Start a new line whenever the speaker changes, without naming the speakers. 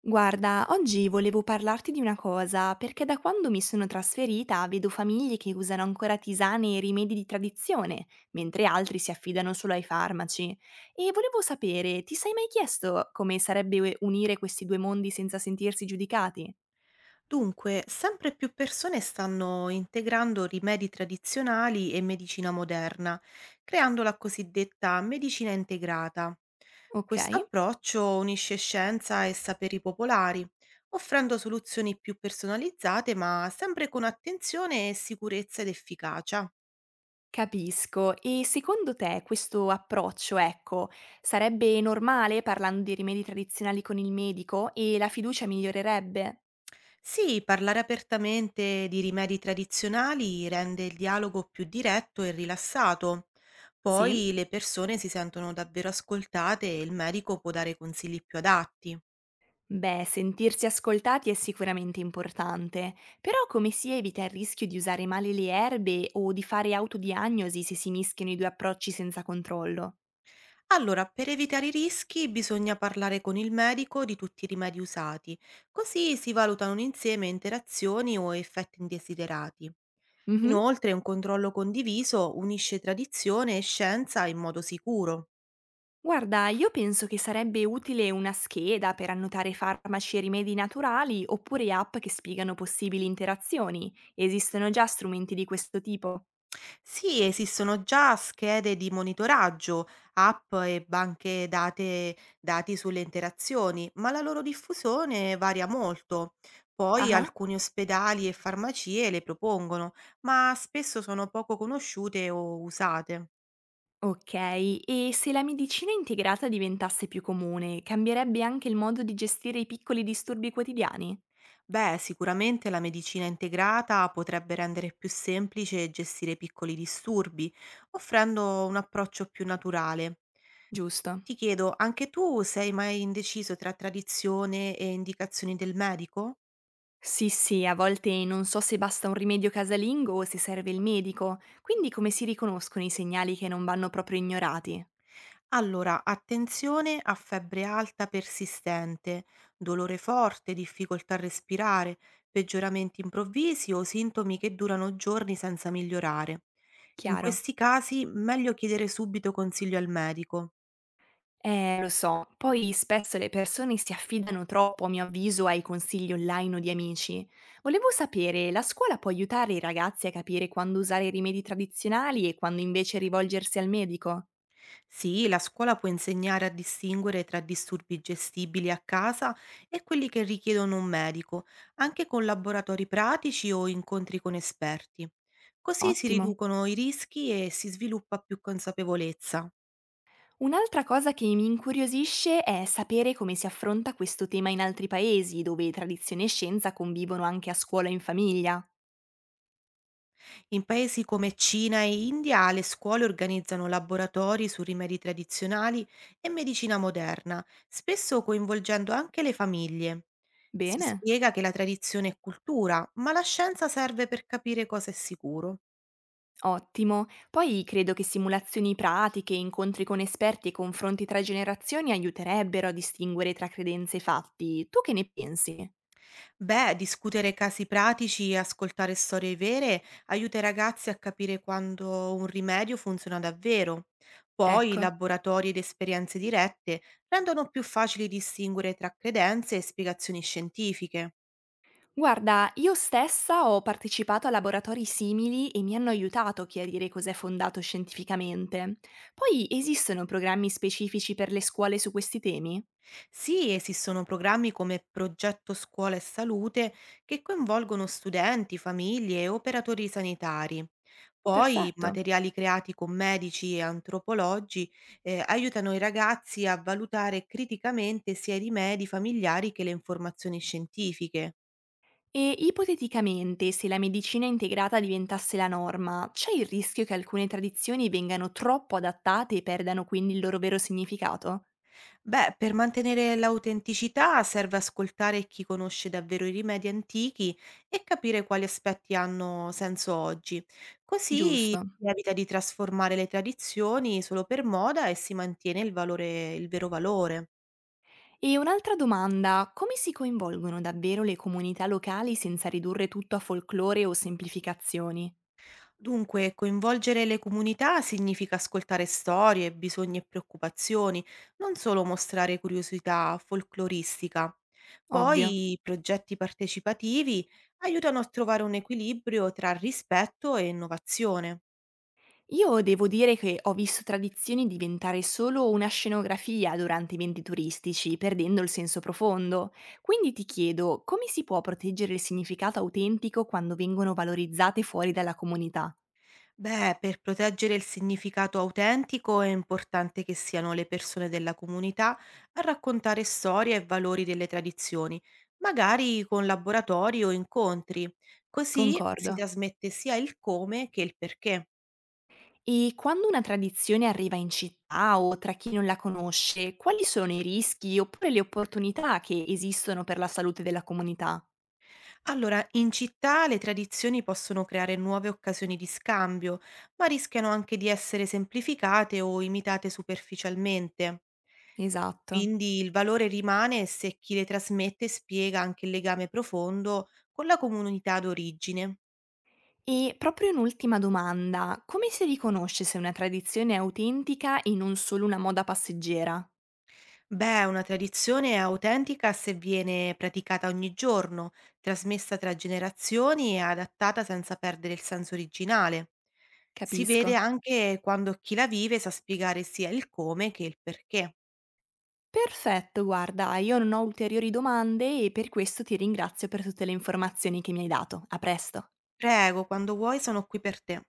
Guarda, oggi volevo parlarti di una cosa, perché da quando mi sono trasferita vedo famiglie che usano ancora tisane e rimedi di tradizione, mentre altri si affidano solo ai farmaci. E volevo sapere, ti sei mai chiesto come sarebbe unire questi due mondi senza sentirsi giudicati?
Dunque, sempre più persone stanno integrando rimedi tradizionali e medicina moderna, creando la cosiddetta medicina integrata.
Ok,
Questo approccio unisce scienza e saperi popolari, offrendo soluzioni più personalizzate, ma sempre con attenzione e sicurezza ed efficacia.
capisco. E secondo te questo approccio, ecco, sarebbe normale parlando di rimedi tradizionali con il medico e la fiducia migliorerebbe?
Sì, parlare apertamente di rimedi tradizionali rende il dialogo più diretto e rilassato.
Sì?
Poi le persone si sentono davvero ascoltate e il medico può dare consigli più adatti.
Beh, sentirsi ascoltati è sicuramente importante, però come si evita il rischio di usare male le erbe o di fare autodiagnosi se si mischiano i due approcci senza controllo?
Allora, per evitare i rischi bisogna parlare con il medico di tutti i rimedi usati, così si valutano insieme interazioni o effetti indesiderati.
Mhm.
Inoltre, un controllo condiviso unisce tradizione e scienza in modo sicuro.
Guarda, io penso che sarebbe utile una scheda per annotare farmaci e rimedi naturali oppure app che spiegano possibili interazioni. Esistono già strumenti di questo tipo?
Sì, esistono già schede di monitoraggio, app e banche date, dati sulle interazioni, ma la loro diffusione varia molto. Poi
Ah.
alcuni ospedali e farmacie le propongono, ma spesso sono poco conosciute o usate.
Ok, e se la medicina integrata diventasse più comune, cambierebbe anche il modo di gestire i piccoli disturbi quotidiani?
Beh, sicuramente la medicina integrata potrebbe rendere più semplice gestire piccoli disturbi, offrendo un approccio più naturale.
Giusto.
Ti chiedo, anche tu sei mai indeciso tra tradizione e indicazioni del medico?
Sì, sì, a volte non so se basta un rimedio casalingo o se serve il medico, quindi come si riconoscono i segnali che non vanno proprio ignorati?
Allora, attenzione a febbre alta persistente, dolore forte, difficoltà a respirare, peggioramenti improvvisi o sintomi che durano giorni senza migliorare. In
Chiaro.
questi casi, meglio chiedere subito consiglio al medico.
Lo so, poi spesso le persone si affidano troppo, a mio avviso, ai consigli online o di amici. Volevo sapere, la scuola può aiutare i ragazzi a capire quando usare i rimedi tradizionali e quando invece rivolgersi al medico?
Sì, la scuola può insegnare a distinguere tra disturbi gestibili a casa e quelli che richiedono un medico, anche con laboratori pratici o incontri con esperti. Così si
Ottimo.
riducono i rischi e si sviluppa più consapevolezza.
Un'altra cosa che mi incuriosisce è sapere come si affronta questo tema in altri paesi, dove tradizione e scienza convivono anche a scuola e in famiglia.
In paesi come Cina e India le scuole organizzano laboratori su rimedi tradizionali e medicina moderna, spesso coinvolgendo anche le famiglie. Si
Bene,
spiega che la tradizione è cultura, ma la scienza serve per capire cosa è sicuro.
ottimo. Poi credo che simulazioni pratiche, incontri con esperti e confronti tra generazioni aiuterebbero a distinguere tra credenze e fatti. Tu che ne pensi?
Beh, discutere casi pratici e ascoltare storie vere aiuta i ragazzi a capire quando un rimedio funziona davvero. Poi
Ecco.
laboratori ed esperienze dirette rendono più facile distinguere tra credenze e spiegazioni scientifiche.
Guarda, io stessa ho partecipato a laboratori simili e mi hanno aiutato a chiarire cos'è fondato scientificamente. Poi esistono programmi specifici per le scuole su questi temi?
Sì, esistono programmi come Progetto Scuola e Salute che coinvolgono studenti, famiglie e operatori sanitari. Poi
Perfetto.
materiali creati con medici e antropologi aiutano i ragazzi a valutare criticamente sia i rimedi familiari che le informazioni scientifiche.
E ipoteticamente, se la medicina integrata diventasse la norma, c'è il rischio che alcune tradizioni vengano troppo adattate e perdano quindi il loro vero significato?
Beh, per mantenere l'autenticità serve ascoltare chi conosce davvero i rimedi antichi e capire quali aspetti hanno senso oggi. Così
Giusto.
si evita di trasformare le tradizioni solo per moda e si mantiene il valore, il vero valore.
E un'altra domanda, come si coinvolgono davvero le comunità locali senza ridurre tutto a folklore o semplificazioni?
Dunque, coinvolgere le comunità significa ascoltare storie, bisogni e preoccupazioni, non solo mostrare curiosità folcloristica.
Ovvio.
Poi i progetti partecipativi aiutano a trovare un equilibrio tra rispetto e innovazione.
Io devo dire che ho visto tradizioni diventare solo una scenografia durante eventi turistici, perdendo il senso profondo. Quindi ti chiedo, come si può proteggere il significato autentico quando vengono valorizzate fuori dalla comunità?
Beh, per proteggere il significato autentico è importante che siano le persone della comunità a raccontare storie e valori delle tradizioni, magari con laboratori o incontri. Così si
Concordo.
trasmette sia il come che il perché.
E quando una tradizione arriva in città o tra chi non la conosce, quali sono i rischi oppure le opportunità che esistono per la salute della comunità?
Allora, in città le tradizioni possono creare nuove occasioni di scambio, ma rischiano anche di essere semplificate o imitate superficialmente.
Esatto.
Quindi il valore rimane se chi le trasmette spiega anche il legame profondo con la comunità d'origine.
E proprio un'ultima domanda, come si riconosce se una tradizione è autentica e non solo una moda passeggera?
Beh, una tradizione è autentica se viene praticata ogni giorno, trasmessa tra generazioni e adattata senza perdere il senso originale. Si vede
Capisco.
anche quando chi la vive sa spiegare sia il come che il perché.
Perfetto, guarda, io non ho ulteriori domande e per questo ti ringrazio per tutte le informazioni che mi hai dato. A presto.
Prego, quando vuoi sono qui per te.